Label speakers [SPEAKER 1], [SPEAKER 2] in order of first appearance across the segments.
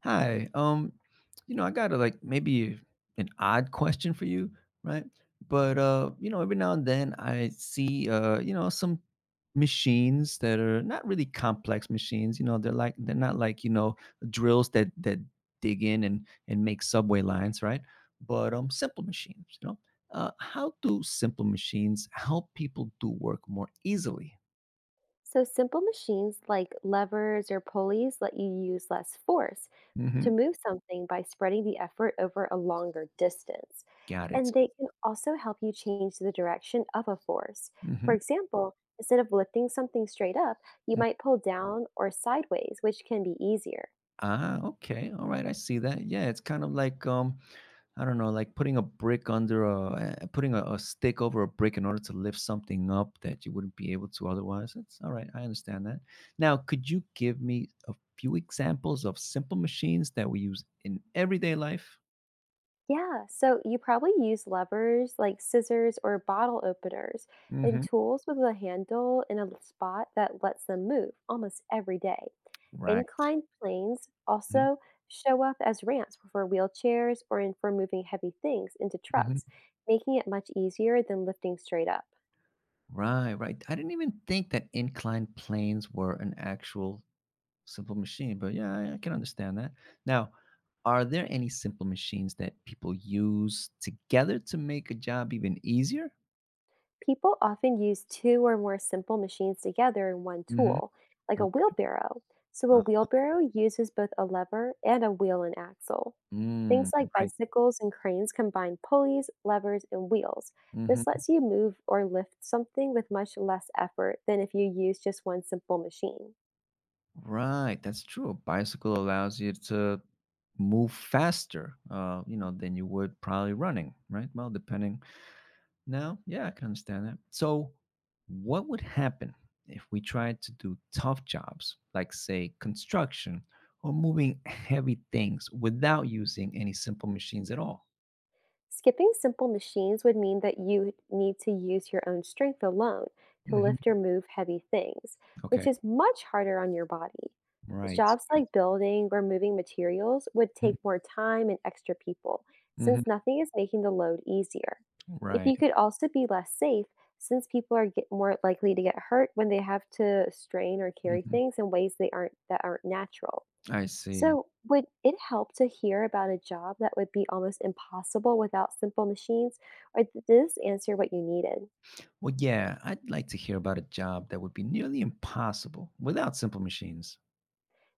[SPEAKER 1] Hi. I got a, like maybe an odd question for you, right? But every now and then I see some machines that are not really complex machines. You know, they're like they're not like drills that dig in and make subway lines, right? But simple machines. You know, how do simple machines help people do work more easily?
[SPEAKER 2] So, simple machines like levers or pulleys let you use less force
[SPEAKER 1] Mm-hmm.
[SPEAKER 2] to move something by spreading the effort over a longer distance.
[SPEAKER 1] Got it.
[SPEAKER 2] And they can also help you change the direction of a force.
[SPEAKER 1] Mm-hmm.
[SPEAKER 2] For example, instead of lifting something straight up, you might pull down or sideways, which can be easier.
[SPEAKER 1] Ah, okay. All right. I see that. Yeah, it's kind of like I don't know, like putting a brick under a putting a stick over a brick in order to lift something up that you wouldn't be able to otherwise. That's all right. I understand that. Now, could you give me a few examples of simple machines that we use in everyday life?
[SPEAKER 2] Yeah, so you probably use levers like scissors or bottle openers and
[SPEAKER 1] Hmm.
[SPEAKER 2] tools with a handle in a spot that lets them move almost every day.
[SPEAKER 1] Right.
[SPEAKER 2] Inclined planes
[SPEAKER 1] Hmm.
[SPEAKER 2] also show up as ramps for wheelchairs or in for moving heavy things into trucks, making it much easier than lifting straight up.
[SPEAKER 1] Right, right. I didn't even think that inclined planes were an actual simple machine. But yeah, I can understand that. Now, are there any simple machines that people use together to make a job even easier?
[SPEAKER 2] People often use two or more simple machines together in one
[SPEAKER 1] Hmm.
[SPEAKER 2] tool, like a
[SPEAKER 1] Okay.
[SPEAKER 2] wheelbarrow. So, a
[SPEAKER 1] Uh,
[SPEAKER 2] wheelbarrow uses both a lever and a wheel and axle.
[SPEAKER 1] mm,
[SPEAKER 2] Things like
[SPEAKER 1] right.
[SPEAKER 2] bicycles and cranes combine pulleys, levers, and wheels. This
[SPEAKER 1] Hmm.
[SPEAKER 2] lets you move or lift something with much less effort than if you use just one simple machine.
[SPEAKER 1] Right. That's true. A bicycle allows you to move faster, than you would probably running. Right. Well, depending. Now, yeah, I can understand that. So, what would happen if we tried to do tough jobs, like, say, construction or moving heavy things without using any simple machines at all?
[SPEAKER 2] Skipping simple machines would mean that you need to use your own strength alone to lift or
[SPEAKER 1] Hmm.
[SPEAKER 2] move heavy things,
[SPEAKER 1] Okay,
[SPEAKER 2] which is much harder on your body.
[SPEAKER 1] right.
[SPEAKER 2] Jobs like building or moving materials would take more time and extra people, since
[SPEAKER 1] Mm-hmm.
[SPEAKER 2] nothing is making the load easier. If
[SPEAKER 1] Right.
[SPEAKER 2] you could also be less safe, since people are get more likely to get hurt when they have to strain or carry
[SPEAKER 1] Hmm.
[SPEAKER 2] things in ways they aren't that aren't natural.
[SPEAKER 1] I see.
[SPEAKER 2] So, would it help to hear about a job that would be almost impossible without simple machines, or did this answer what you needed?
[SPEAKER 1] Well, yeah, I'd like to hear about a job that would be nearly impossible without simple machines.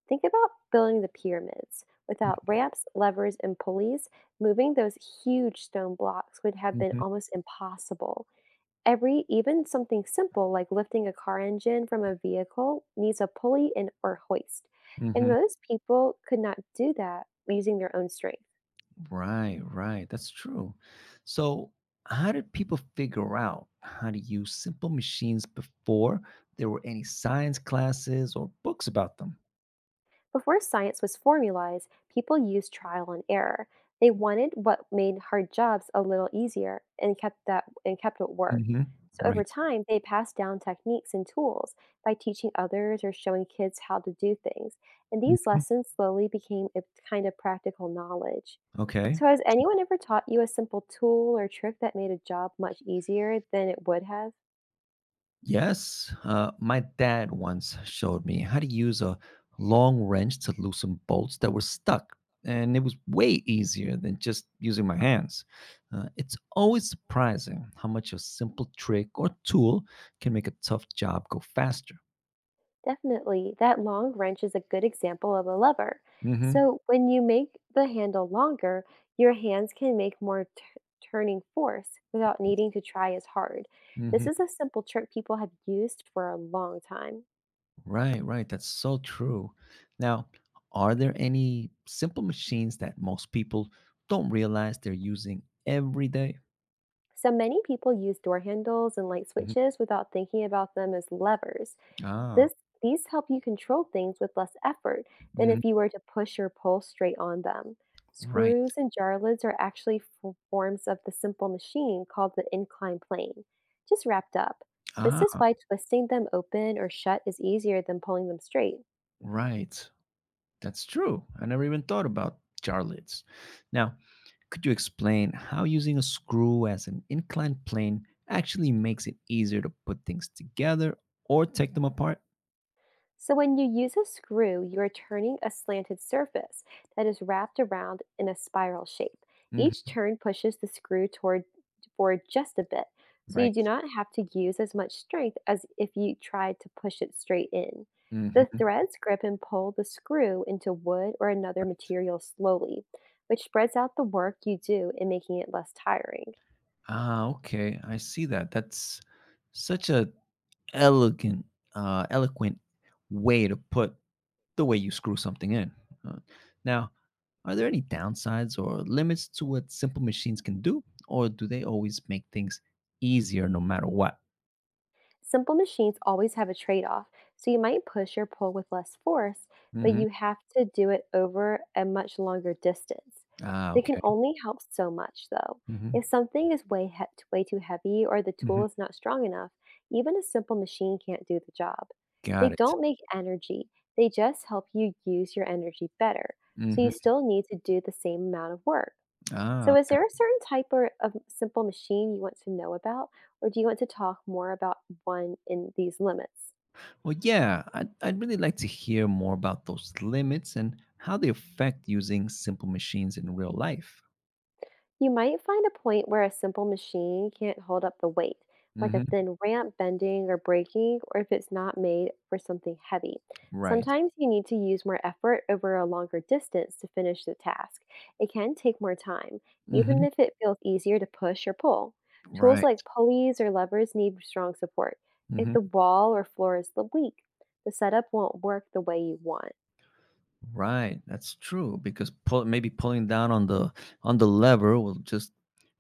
[SPEAKER 2] Think about building the pyramids. Without ramps, levers, and pulleys, moving those huge stone blocks would have been
[SPEAKER 1] Mm-hmm.
[SPEAKER 2] almost impossible. Every, even something simple like lifting a car engine from a vehicle, needs a pulley and or hoist, and most people could not do that using their own strength.
[SPEAKER 1] Right, right. That's true. So, how did people figure out how to use simple machines before there were any science classes or books about them?
[SPEAKER 2] Before science was formalized, people used trial and error. They wanted what made hard jobs a little easier and kept that and kept what worked.
[SPEAKER 1] Hmm.
[SPEAKER 2] So over
[SPEAKER 1] Right.
[SPEAKER 2] time, they passed down techniques and tools by teaching others or showing kids how to do things. And these
[SPEAKER 1] Hmm.
[SPEAKER 2] lessons slowly became a kind of practical knowledge.
[SPEAKER 1] Okay.
[SPEAKER 2] So has anyone ever taught you a simple tool or trick that made a job much easier than it would have?
[SPEAKER 1] Yes, my dad once showed me how to use a long wrench to loosen bolts that were stuck, and it was way easier than just using my hands. It's always surprising how much a simple trick or tool can make a tough job go faster.
[SPEAKER 2] Definitely. That long wrench is a good example of a lever.
[SPEAKER 1] Hmm.
[SPEAKER 2] So, when you make the handle longer, your hands can make turning force without needing to try as hard. This
[SPEAKER 1] Hmm.
[SPEAKER 2] is a simple trick people have used for a long time.
[SPEAKER 1] Right, right. That's so true. Now, are there any simple machines that most people don't realize they're using every day?
[SPEAKER 2] So, many people use door handles and light
[SPEAKER 1] Mhm.
[SPEAKER 2] switches without thinking about them as levers.
[SPEAKER 1] Ah,
[SPEAKER 2] This These help you control things with less effort than
[SPEAKER 1] mhm.
[SPEAKER 2] if you were to push your pole straight on them.
[SPEAKER 1] Right.
[SPEAKER 2] Screws and jar lids are actually forms of the simple machine called the inclined plane, just wrapped up. This is
[SPEAKER 1] Ah,
[SPEAKER 2] why twisting them open or shut is easier than pulling them straight.
[SPEAKER 1] right. That's true. I never even thought about jar lids. Now, could you explain how using a screw as an inclined plane actually makes it easier to put things together or take them apart?
[SPEAKER 2] So, when you use a screw, you are turning a slanted surface that is wrapped around in a spiral shape. Each
[SPEAKER 1] Hmm.
[SPEAKER 2] turn pushes the screw toward forward just a bit, so
[SPEAKER 1] Right.
[SPEAKER 2] you do not have to use as much strength as if you tried to push it straight in. The
[SPEAKER 1] Hmm.
[SPEAKER 2] threads grip and pull the screw into wood or another
[SPEAKER 1] Right.
[SPEAKER 2] material slowly, which spreads out the work you do in making it less tiring.
[SPEAKER 1] Ah, okay. I see that. That's such a elegant, eloquent way to put the way you screw something in. Uh, Now, are there any downsides or limits to what simple machines can do, or do they always make things easier no matter what?
[SPEAKER 2] Simple machines always have a trade off, so you might push or pull with less force, but
[SPEAKER 1] Hmm.
[SPEAKER 2] you have to do it over a much longer distance.
[SPEAKER 1] Ah,
[SPEAKER 2] They can
[SPEAKER 1] okay.
[SPEAKER 2] only help so much, though.
[SPEAKER 1] Hmm.
[SPEAKER 2] If something is way too heavy or the
[SPEAKER 1] Hmm.
[SPEAKER 2] tool is not strong enough, even a simple machine can't do the job. They
[SPEAKER 1] Got it.
[SPEAKER 2] don't make energy, they just help you use your energy better, so you
[SPEAKER 1] Hmm.
[SPEAKER 2] still need to do the same amount of work.
[SPEAKER 1] Ah,
[SPEAKER 2] So, is
[SPEAKER 1] okay.
[SPEAKER 2] there a certain type or of simple machine you want to know about, or do you want to talk more about one in these limits?
[SPEAKER 1] Well, yeah, I'd really like to hear more about those limits and how they affect using simple machines in real life.
[SPEAKER 2] You might find a point where a simple machine can't hold up the weight, like a
[SPEAKER 1] Hmm.
[SPEAKER 2] thin ramp bending or breaking, or if it's not made for something heavy.
[SPEAKER 1] Right.
[SPEAKER 2] Sometimes you need to use more effort over a longer distance to finish the task. It can take more time, even
[SPEAKER 1] Hmm.
[SPEAKER 2] if it feels easier to push or pull. Tools
[SPEAKER 1] Right.
[SPEAKER 2] like pulleys or levers need strong support. If the wall or floor is weak, the setup won't work the way you want.
[SPEAKER 1] Right, that's true because pull, maybe pulling down on the lever will just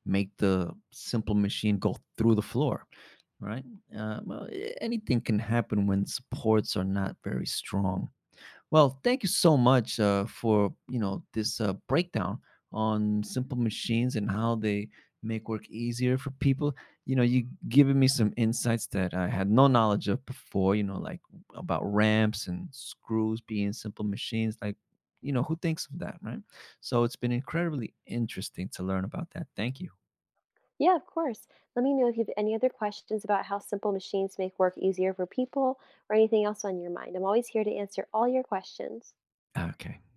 [SPEAKER 1] make the simple machine go through the floor, right? Anything can happen when supports are not very strong. Well, thank you so much for this breakdown on simple machines and how they make work easier for people. You know, you giving me some insights that I had no knowledge of before. You know, like about ramps and screws being simple machines. Like, you know, who thinks of that, right? So it's been incredibly interesting to learn about that. Thank you.
[SPEAKER 2] Yeah, of course. Let me know if you have any other questions about how simple machines make work easier for people or anything else on your mind. I'm always here to answer all your questions.
[SPEAKER 1] Okay.